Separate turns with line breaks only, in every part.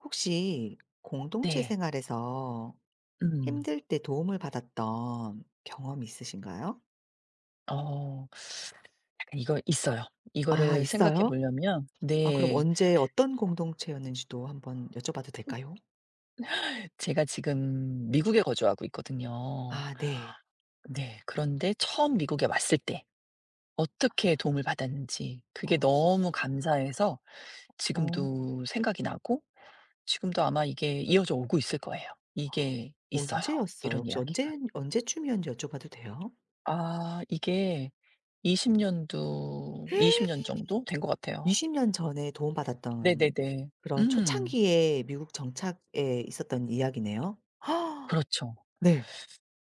혹시 공동체
네.
생활에서
음.
힘들 때 도움을 받았던 경험이 있으신가요?
어. 약간 이거 있어요.
아
이거를 생각해
있어요?
보려면
아 그럼
네.
언제 어떤 공동체였는지도 한번 여쭤봐도 될까요?
제가 지금 미국에 거주하고 있거든요.
아 네.
네. 그런데 처음 미국에 왔을 때 어떻게 도움을 받았는지
어
그게 너무 감사해서
어,
지금도 생각이 나고 지금도 아마 이게 이어져 오고 있을 거예요. 이게 있어요,
언제였어요?
이런
혹시
이야기가.
언제쯤이었는지 여쭤봐도 돼요?
아 이게 20년도 년도 이십 년 정도 된 것 같아요.
20년 전에 도움받았던
네네네.
그런
음.
초창기에 미국 정착에 있었던 이야기네요.
그렇죠.
네.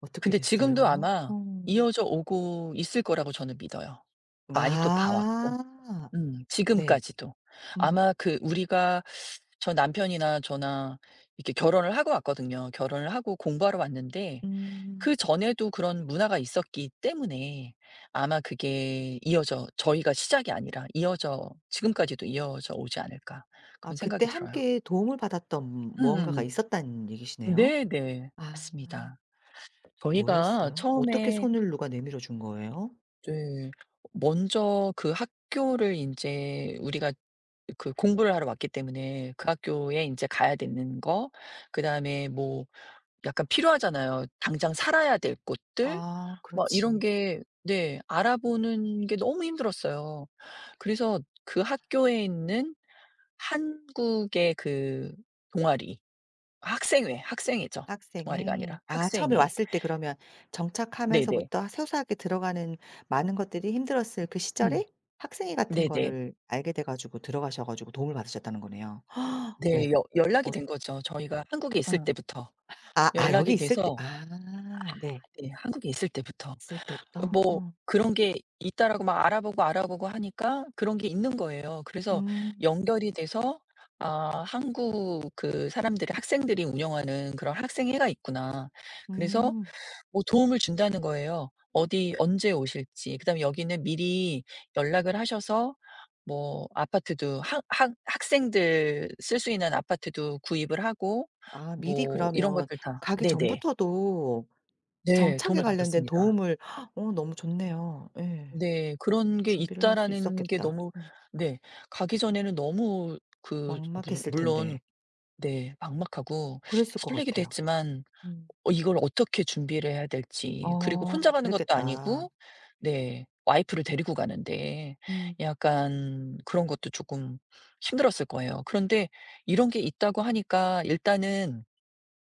어떻게
근데 지금도
됐어요?
아마
음.
이어져 오고 있을 거라고 저는 믿어요. 많이 또 봐 왔고.
아. 네.
지금까지도.
음.
아마 그 우리가 저 남편이나 저나 이렇게 결혼을 하고 왔거든요. 결혼을 하고 공부하러 왔는데
음.
그전에도 그런 문화가 있었기 때문에 아마 그게 이어져, 저희가 시작이 아니라 이어져 지금까지도 이어져 오지 않을까
아
그런
그때
생각이 들어요.
함께 도움을 받았던 무언가가
음음음.
있었다는 얘기시네요?
네네.
아.
맞습니다. 저희가
뭐였어요? 어떻게
처음에
손을 누가 내밀어 준 거예요?
네. 먼저 그 학교를 인제 우리가 그 공부를 하러 왔기 때문에 그 학교에 인제 가야 되는 거 그다음에 뭐 약간 필요하잖아요. 당장 살아야 될 것들
아
막 이런
그렇지.
게 네 알아보는 게 너무 힘들었어요. 그래서 그 학교에 있는 한국의 그 동아리 학생회, 학생회죠. 동아리가
학생의
아니라
아 처음에
학생회.
왔을 때 그러면
네네.
정착하면서부터 소소하게 들어가는 많은 것들이 힘들었을 그
음.
시절에 학생회 같은
네네.
거를 알게 돼 가지고 들어가셔 가지고 도움을 받으셨다는 거네요. 왜?
네. 여
어
연락이 된 거죠. 저희가 한국에 있을
응.
때부터.
아 아 여기
연락이
있을 때
돼서
아 네.
네 한국에 있을 때부터.
있을
어
때부터?
뭐 그런 게 있다라고 막 알아보고, 알아보고 하니까 그런 게 있는 거예요.
응.
그래서
음.
연결이 돼서 '아 한국 그 사람들이 학생들이 운영하는 그런 학생회가 있구나.' 그래서
음.
뭐 도움을 준다는 거예요. 어디 언제 오실지. 그다음에 여기는 미리 연락을 하셔서 뭐 아파트도 학 학 학생들 쓸 수 있는 아파트도 구입을 하고
아 미리
뭐 이런
그러면
것들 다
가기
네네.
전부터도
네.
정착에
도움을
관련된
받았습니다.
도움을 어 너무 좋네요. 예.
네. 그런 게
준비를 할 수
있다라는 게
있었겠다.
너무
음.
네. 가기 전에는 너무 그 물
막막했을
물론
텐데.
네. 막막하고
그랬을 것
설레기도
같아요.
했지만
음.
어 이걸 어떻게 준비를 해야 될지 그리고 혼자
어
가는 것도
그랬겠다.
아니고 네 와이프를 데리고 가는데
음.
약간 그런 것도 조금 힘들었을 거예요. 그런데 이런 게 있다고 하니까 일단은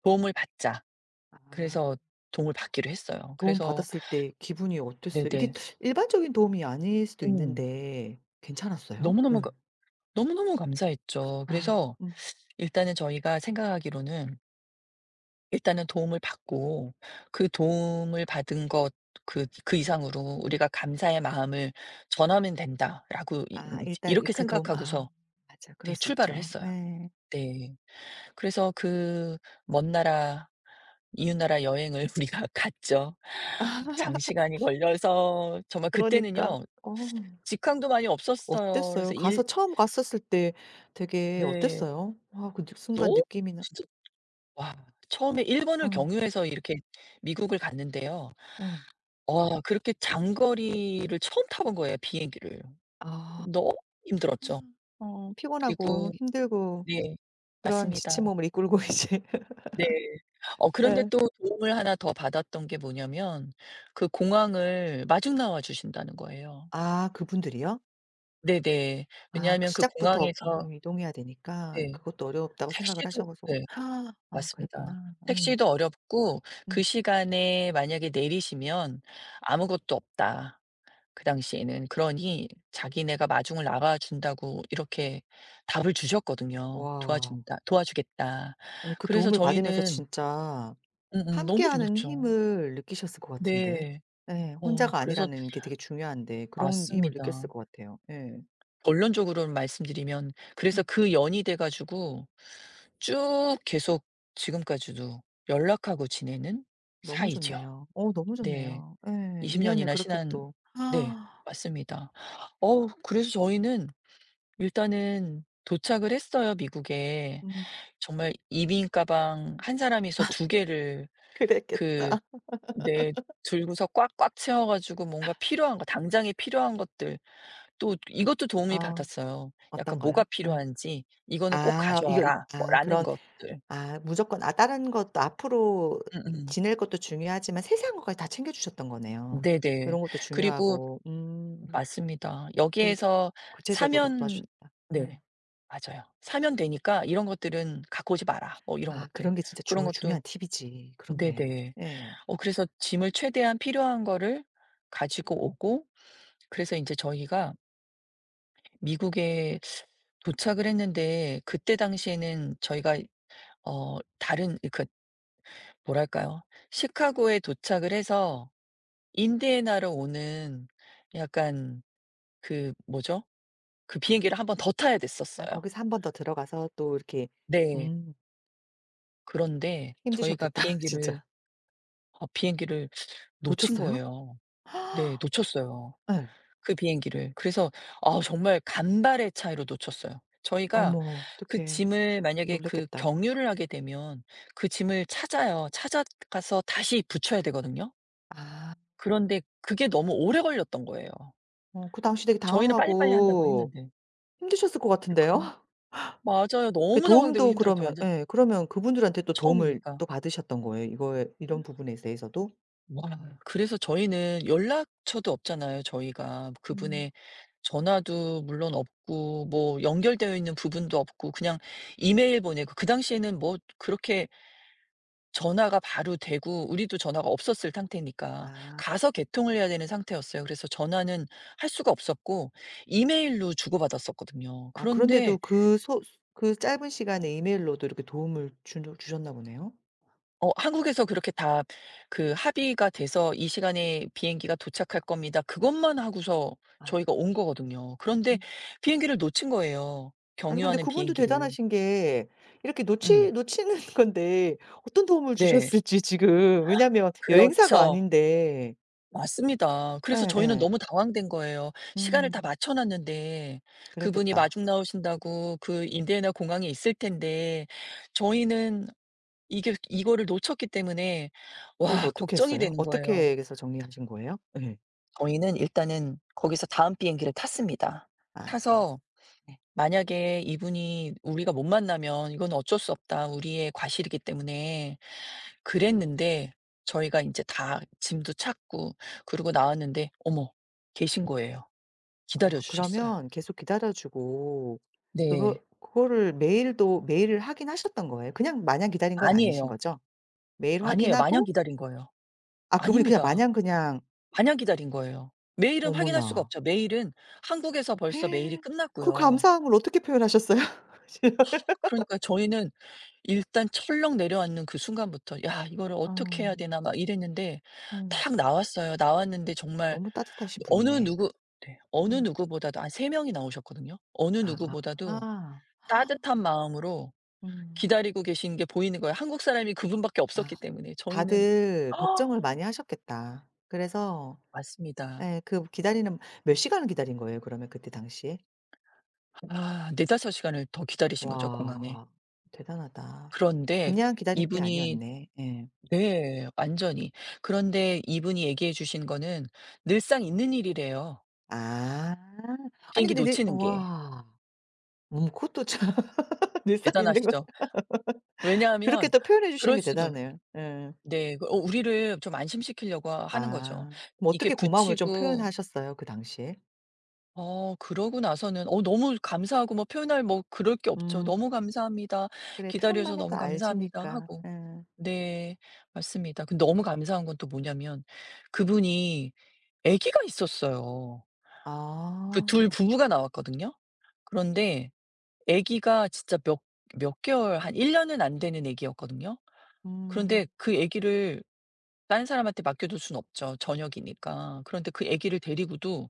도움을 받자.
아.
그래서 도움을 받기로 했어요.
도움
그래서
받았을 때 기분이 어땠어요? 이게
네네.
일반적인 도움이 아닐 수도
음.
있는데 괜찮았어요?
너무너무
응
가 너무너무 감사했죠.
아
그래서
음.
일단은 저희가 생각하기로는 일단은 도움을 받고 그 도움을 받은 것 그 그 이상으로 우리가 감사의 마음을 전하면 된다라고 이
아
이-
일단
이렇게
그 도움 아
생각하고서
맞아.
네
그럴 수
출발을
있죠.
했어요.
예.
네. 그래서 그 먼 나라 이웃 나라 여행을 우리가 갔죠. 장시간이 걸려서 정말
그러니까.
그때는요.
어.
직항도 많이 없었어요.
어땠어요?
그래서 일
가서 처음 갔었을 때 되게
네.
어땠어요? 아 그 느 순간
너
느낌이나
진짜 와 처음에 일본을
응,
경유해서 이렇게 미국을 갔는데요.
네,
와 그렇게 장거리를 처음 타본 거예요, 비행기를.
아.
너무 힘들었죠.
어 피곤하고
그리고
힘들고
네.
그런
맞습니다.
지친 몸을 이끌고 이제
네. 어 그런데
예.
또 도움을 하나 더 받았던 게 뭐냐면 그 공항을 마중 나와 주신다는 거예요.
아 그분들이요?
네네.
아 그
왜냐하면 그
시작부터 어
공항에서
이동해야 되니까
네.
그것도 어렵다고 생각을
택시도
하셔 가지고
네.
아
맞습니다.
그랬구나. 예.
택시도 어렵고 그
음.
시간에 만약에 내리시면 아무것도 없다. 그 당시에는. 그러니 자기네가 마중을 나가 준다고 이렇게 답을 주셨거든요.
와.
"도와준다. 도와주겠다."
아니 그
그래서
도움을 받으면서
저희는
진짜
음음 너무
함께하는
좋았죠.
힘을 느끼셨을 것 같은데.
네.
예.
어
혼자가
그래서
아니라는 게 되게 중요한데 그런 힘을 느꼈을
맞습니다.
것 같아요. 예.
결론적으로는 말씀드리면
음.
그래서 그 연이 돼 가지고 쭉 계속 지금까지도 연락하고 지내는
너무
사이죠.
좋네요. 어 너무
네.
좋네요. 예.
20년이나
인연을
년이나
그렇게
지난
또
네
아,
맞습니다. 어우 그래서 저희는 일단은 도착을 했어요, 미국에.
음
정말 이민 가방 한 사람이서 두 개를 그
그랬겠다.
네 들고서 꽉꽉 채워 가지고 뭔가 필요한 거 당장에 필요한 것들 또 이것도 도움이
어
받았어요. 약간 뭐가
어떤거요? 예.
필요한지 "이거는 꼭
아 이거 이
가져와라." 뭐
아
라는
그런
것들.
아 무조건 아 다른 것도 앞으로
음음.
지낼 것도 중요하지만 세세한 것까지 다 챙겨 주셨던 거네요. 이
네네.
런 것도
그리고
중요하고
맞습니다.
되게 구-
여기에서
구체적으로
사면
도와주셨다.
네
음.
맞아요. "사면 되니까 이런 것들은 갖고 오지 마라." 뭐 이런
아
것들.
그런 게 진짜
그런
중
것도
중요한 팁이지. 그렇네.
네네.
예.
어 그래서 짐을 최대한 필요한 거를 가지고 오고 그래서 이제 저희가 미국에 도착을 했는데 그때 당시에는 저희가 어 다른 그 뭐랄까요? 시카고에 도착을 해서 인디애나로 오는 약간 그 뭐죠? 그 비행기를 한번 더 타야
아
됐었어요.
거기서 한번 더 들어가서 또 이렇게
네.
음
그런데 저희가
힘드셨겠다
비행기를
진짜.
어 비행기를 놓친
놓쳤어요?
거예요. 네 놓쳤어요.
예.
그 비행기를. 그래서 아 정말 간발의 차이로 놓쳤어요. 저희가
어머
그
어떡해.
짐을 만약에 그
놀랐겠다.
경유를 하게 되면 그 짐을 찾아요. 찾아가서 다시 붙여야 되거든요.
아
그런데 그게 너무 오래 걸렸던 거예요.
어 그 당시 되게
저희는 빨리빨리 한다고
당황하고
했는데.
힘드셨을 것
근데
같은데요?
그런 맞아요.
그
너무 당황되고
도움도
힘들었죠,
그러면
완전
예 그러면 그분들한테 또 도움을
처음이니까.
또 받으셨던 거예요? 이거에 이런 부분에 대해서도?
와 그래서 저희는 연락처도 없잖아요, 저희가.
음.
그분의 전화도 물론 없고 뭐 연결되어 있는 부분도 없고 그냥 이메일 보내고 그 당시에는 뭐 그렇게 전화가 바로 되고 우리도 전화가 없었을 상태니까
아.
가서 개통을 해야 되는 상태였어요. 그래서 전화는 할 수가 없었고 이메일로 주고받았었거든요.
아 그런데도
그런데
그 소 그 짧은 시간에 이메일로도 이렇게 도움을 주셨 주셨나 보네요.
어 한국에서 그렇게 다 그 합의가 돼서 "이 시간에 비행기가 도착할 겁니다." 그것만 하고서
아.
저희가 온 거거든요. 그런데 비행기를 놓친 거예요,
아니 근데
경유하는
그분도
비행기를.
대단하신 게 이렇게
음.
놓치 놓치는 건데 어떤 도움을
네.
주셨을지 지금 왜냐면 여행사가
그렇죠.
아닌데
맞습니다. 그래서 저희는
예예.
너무 당황된 거예요. 시간을 다
음
맞춰 놨는데 그분이
그랬겠다.
마중 나오신다고 그 인디애나 공항에 있을 텐데 저희는 이게 이거를 놓쳤기 때문에
그래서
와
어떻게
걱정이
했어요?
되는 거예요.
어떻게 해서 정리하신 거예요? 예.
저희는 일단은 거기서 다음 비행기를 탔습니다.
아
타서
네.
만약에 이분이 우리가 못 만나면 "이건 어쩔 수 없다. 우리의 과실이기 때문에." 그랬는데 저희가 인제 다 짐도 찾고 그러고 나왔는데 어머 계신 거예요. 기다려
아
주셨어요.
그러면 계속 기다려 주고 그거
네.
그거를 메일도 메일을 확인하셨던 거예요? 그냥 마냥 기다린 건 아니신
아니에요.
거죠? 메일
아니에요. 마냥
확인하고
기다린 거예요.
아 그분이 그냥
아닙니다.
마냥 그냥
마냥 기다린 거예요. 메일은 확인할 수가
어머나.
없죠. 메일은 한국에서 벌써 메일이
그
끝났고요.
감사함을 어떻게 표현하셨어요?
그러니까 저희는 일단 철렁 내려앉는 그 순간부터 '야 이거를 어떻게
아.
해야 되나.' 막 이랬는데
음.
딱 나왔어요. 나왔는데 정말
너무 따뜻하신
어느
분이네.
누구 네. 어느
음.
누구보다도 한 세 명이 나오셨거든요. 어느 누구보다도
아.
따뜻한 마음으로
음.
기다리고 계신 게 보이는 거예요. 한국 사람이 그분밖에
아
없었기 때문에. 저희는
다들
아,
걱정을 많이 하셨겠다. 그래서
맞습니다.
예 그 기다리는 몇 시간을 기다린 거예요 그러면 그때 당시에?
아 4-5시간 시간을 더 기다리신 거죠, 공항에.
와 대단하다.
그런데
그냥 기다릴 게
이분이
아니었네. 예.
네. 완전히. 그런데 이분이 얘기해 주신 거는 늘상 있는 일이래요.
아. 아니
비행기
근데 네
놓치는 게
와. 그것도 참 늘상 있는 걸
대단하시죠.
그렇게
왜냐하면
또 표현해 주시는
그럴
게
수도
대단해요. 예.
네. 그 어 우리를 좀 안심시키려고 하는 거죠.
아. 그럼
이게
어떻게 고마움을 좀
붙이고
표현하셨어요 그 당시에?
어 그러고 나서는 어 너무 감사하고 뭐 표현할 뭐 그럴 게 없죠.
음.
"너무 감사합니다.
그래
기다려 주셔서
표현만 해도
너무 감사합니다."
알지니까.
하고.
예.
네. 맞습니다. 근데 너무 감사한 건 또 뭐냐면 그분이 아기가 있었어요. 그
아.
둘 부부가 나왔거든요. 그런데 아기가 진짜 몇 개월 한 1년 년은 안 되는 아기였거든요.
음.
그런데 그 아기를 딴 사람한테 맡겨둘 수는 없죠, 저녁이니까. 그런데 그 아기를 데리고도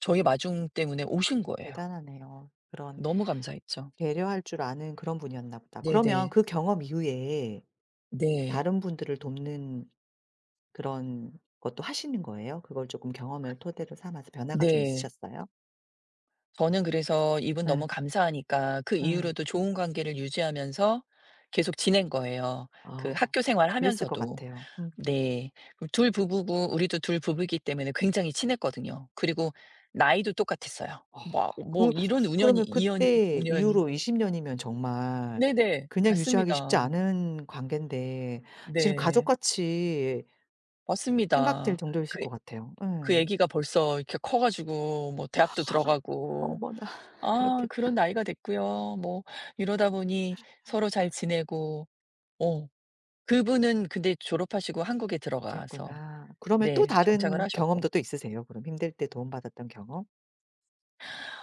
저희 마중 때문에 오신 거예요.
대단하네요. 그런
너무 감사했죠.
배려할 줄 아는 그런 분이었나 보다. 그러면
네네.
그 경험 이후에
네.
다른 분들을 돕는 그런 것도 하시는 거예요? 그걸 조금 경험을 토대로 삼아서 변화가 좀
네.
있으셨어요?
저는 그래서 이분
응
너무 감사하니까 그
응
이후로도 좋은 관계를 유지하면서 계속 지낸 거예요. 그
아.
학교
그랬을 것
생활하면서도.
같아요. 음.
네. 그 부부고 우리도 둘 부부이기 때문에 굉장히 친했거든요. 그리고 나이도 똑같았어요.
와
뭐 뭐
그
이런 운연이
그러면
이연
그때
운연이
이후로 20 년이면 정말
네네.
그냥 유지하기
맞습니다.
쉽지 않은 관계인데 이제는
네.
가족같이 생각될
맞습니다.
정도이실
그
것 같아요. 예.
그 애기가 벌써 이렇게 커 가지고 뭐 대학도 들어가고
어머나
아 그런
그렇겠다.
나이가 됐고요. 뭐 이러다 보니 서로 잘 지내고 어 그분은 근데 졸업하시고 한국에 들어가서
그랬구나. 그러면 또
네 정착을
다른
하셨고
경험도 또 있으세요? 그럼 힘들 때 도움받았던 경험?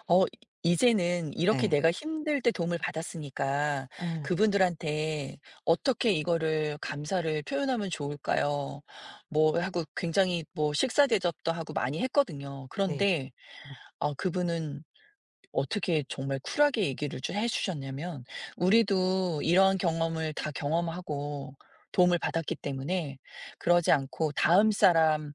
어 이제는 이렇게
예.
내가 힘들 때 도움을 받았으니까
응,
그분들한테 어떻게 이거를 감사를 표현하면 좋을까요? 뭐 하고 굉장히 뭐 식사 대접도 하고 많이 했거든요.
네.
그런데
음.
어, 그분은 어떻게 정말 쿨하게 얘기를 좀 해 주셨냐면 "우리도 이러한 경험을 다 경험하고 도움을 받았기 때문에 그러지 않고 다음 사람이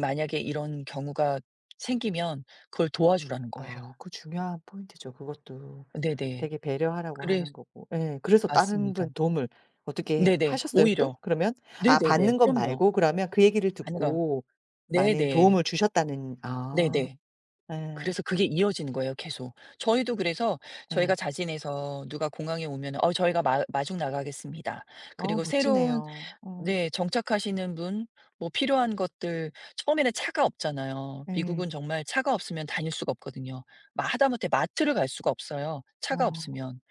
만약에 이런 경우가 생기면 그걸 도와주라."는 거예요.
아 그 중요한 포인트죠. 그것도
네네.
되게 배려하라고
그래
하는 거고. 예. 그래서 다른
맞습니다.
분 도움을 어떻게
네네.
하셨어요 또
오히려.
그러면? 아
네네네.
받는 것
그럼요.
말고 그러면 그 얘기를
안 가요.
듣고 많은
네네.
도움을 주셨다는 아.
네네.
예.
그래서 그게 이어지는 거예요 계속. 저희도 그래서 저희가
예.
자진해서 누가 공항에 오면은 "어 저희가 마 마중 나가겠습니다."
어
그리고 새로운
멋지네요. 어
네. 정착하시는 분 뭐 필요한 것들 처음에는 차가 없잖아요.
예.
미국은 정말 차가 없으면 다닐 수가 없거든요. 마 하다못해 마트를 갈 수가 없어요, 차가
어.
없으면.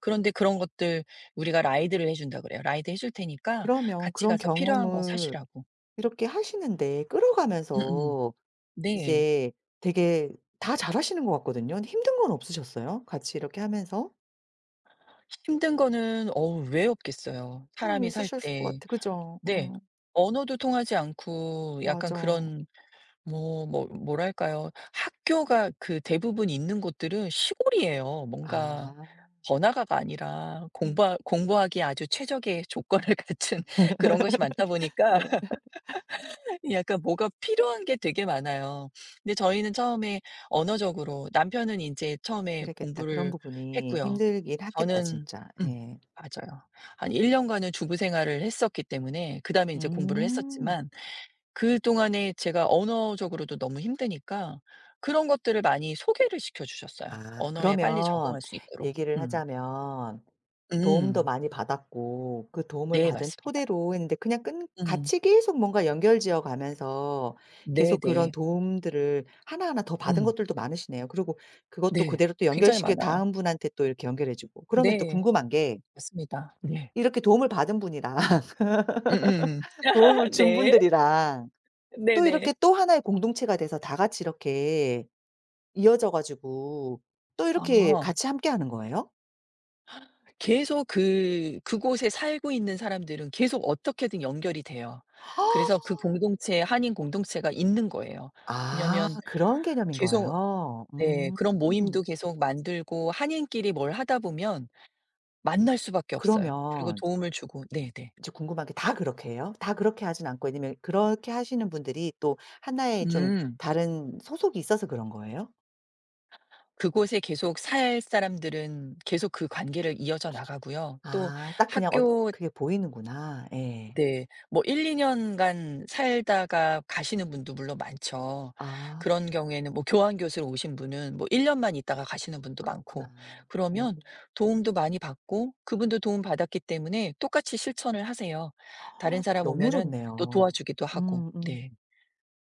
그런데 그런 것들 우리가 라이드를 해 준다 그래요. "라이드 해줄 테니까
그러면
같이
그런
가서 필요한 거
경험을
사시라."고.
이렇게 하시는데
음음.
끌어가면서
네.
이제 되게 다 잘하시는 것 같거든요. 힘든 건 없으셨어요? 같이 이렇게 하면서?
힘든 거는 어우 왜 없겠어요, 사람이 살
있으셨을 것
때.
같아. 그죠?
네. 언어도 통하지 않고 약간
맞아.
그런 뭐 뭐 뭐랄까요. 학교가 그 대부분 있는 곳들은 시골이에요.
아.
뭔가 번화가가 아니라
음.
공부하기에 아주 최적의 조건을 갖춘 그런 것이 많다 보니까
예.
약간 뭐가 필요한 게 되게 많아요. 근데 저희는 처음에 언어적으로 남편은 이제
그
처음에
랬겠다 그런
공부를
부분이
했고요.
힘들긴 하겠다
저는
진짜.
음
예.
맞아요. 한 1년간 년간은 주부 생활을 했었기 때문에 그다음에 이제 공부를
음.
했었지만 그동안에 제가 언어적으로도 너무 힘드니까 그런 것들을 많이 소개를 시켜 주셨어요,
아
언어에 빨리
그러면
적응할 수 있도록.
얘기를
음.
하자면 도움도
음.
많이 받았고 그 도움을
네
받은
맞습니다.
토대로 했는데 그냥 끈
음.
같이 계속 뭔가 연결지어 가면서 계속 그런
네네.
도움들을 하나하나 더 받은
음.
것들도 많으시네요. 그리고 그것도
네.
그대로 또
굉장히
연결시켜
많아요.
다음 분한테 또 이렇게 연결해 주고 그러면 또
네.
궁금한 게
맞습니다. 네.
이렇게 도움을 받은 분이랑
음음음.
도움을 준
네.
분들이랑 또
네네.
이렇게 또 하나의 공동체가 돼서 다 같이 이렇게 이어져 가지고 또 이렇게
아.
같이 함께하는 거예요?
계속 그 그곳에 살고 있는 사람들은 계속 어떻게든 연결이 돼요. 그래서 그 공동체 한인 공동체가 있는 거예요.
아
왜냐하면
그런 개념인
계속
거예요?
네.
음.
그런 모임도 계속 만들고 한인끼리 뭘 하다 보면 만날 수밖에 없어요. 그리고
그러면
도움을 주고 네네.
이제 궁금한 게 다 그렇게 해요? 다 그렇게 하진 않고 왜냐면 그렇게 하시는 분들이 또 하나의 좀
음.
다른 소속이 있어서 그런 거예요?
그곳에 계속 살 사람들은 계속 그 관계를 이어져 나가고요. 또
아 딱 그냥 어
학교
그게 보이는구나. 예.
네. 뭐 1-2년간 년간 살다가 가시는 분도 물론 많죠.
아
그런 경우에는 뭐 교환 교수로 오신 분은 뭐 1년 년만 있다가 가시는 분도
그렇구나.
많고
어
그러면 도움도 많이 받고 그분도 도움받았기 때문에 똑같이 실천을 하세요. 다른 사람
너무
오면은 또
좋네요.
도와주기도 하고.
음 음.
네.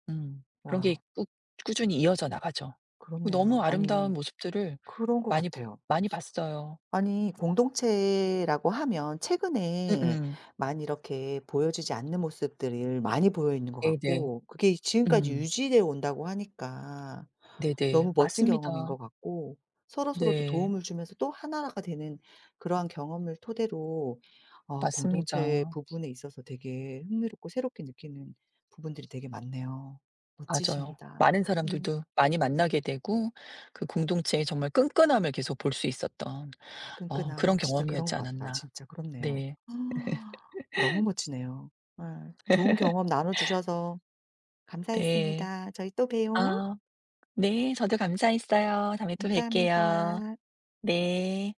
음. 그런 게
와
꾸 꾸준히 이어져 나가죠. 그
그렇네요.
너무 아름다운
아니
모습들을
그런 것
많이
같아요.
많이 봤어요.
아니 공동체라고 하면 최근에
음음.
많이 이렇게 보여지지 않는 모습들을 많이 보여 있는 것
네네.
같고 그게 지금까지
음.
유지되어 온다고 하니까
네네.
너무 멋진 경험인
맞습니다.
것 같고 서로서로 또
네.
도움을 주면서 또 하나가 되는 그러한 경험을 토대로 어 공동체
맞습니다.
부분에 있어서 되게 흥미롭고 새롭게 느끼는 부분들이 되게 많네요.
맞아요.
멋지십니다.
많은
음.
사람들도 많이 만나게 되고 그 공동체의 정말 끈끈함을 계속 볼 수 있었던
아
어 그런
끈끈함. 진짜 그런
경험이었지
것 같다.
않았나.
진짜 그렇네요.
네.
아. 너무 멋지네요. 예. 좋은 경험 나눠 주셔서
네.
감사했습니다. 저희 또 봬요.
아 네. 저도 감사했어요. 다음에 또
감사합니다.
뵐게요. 네.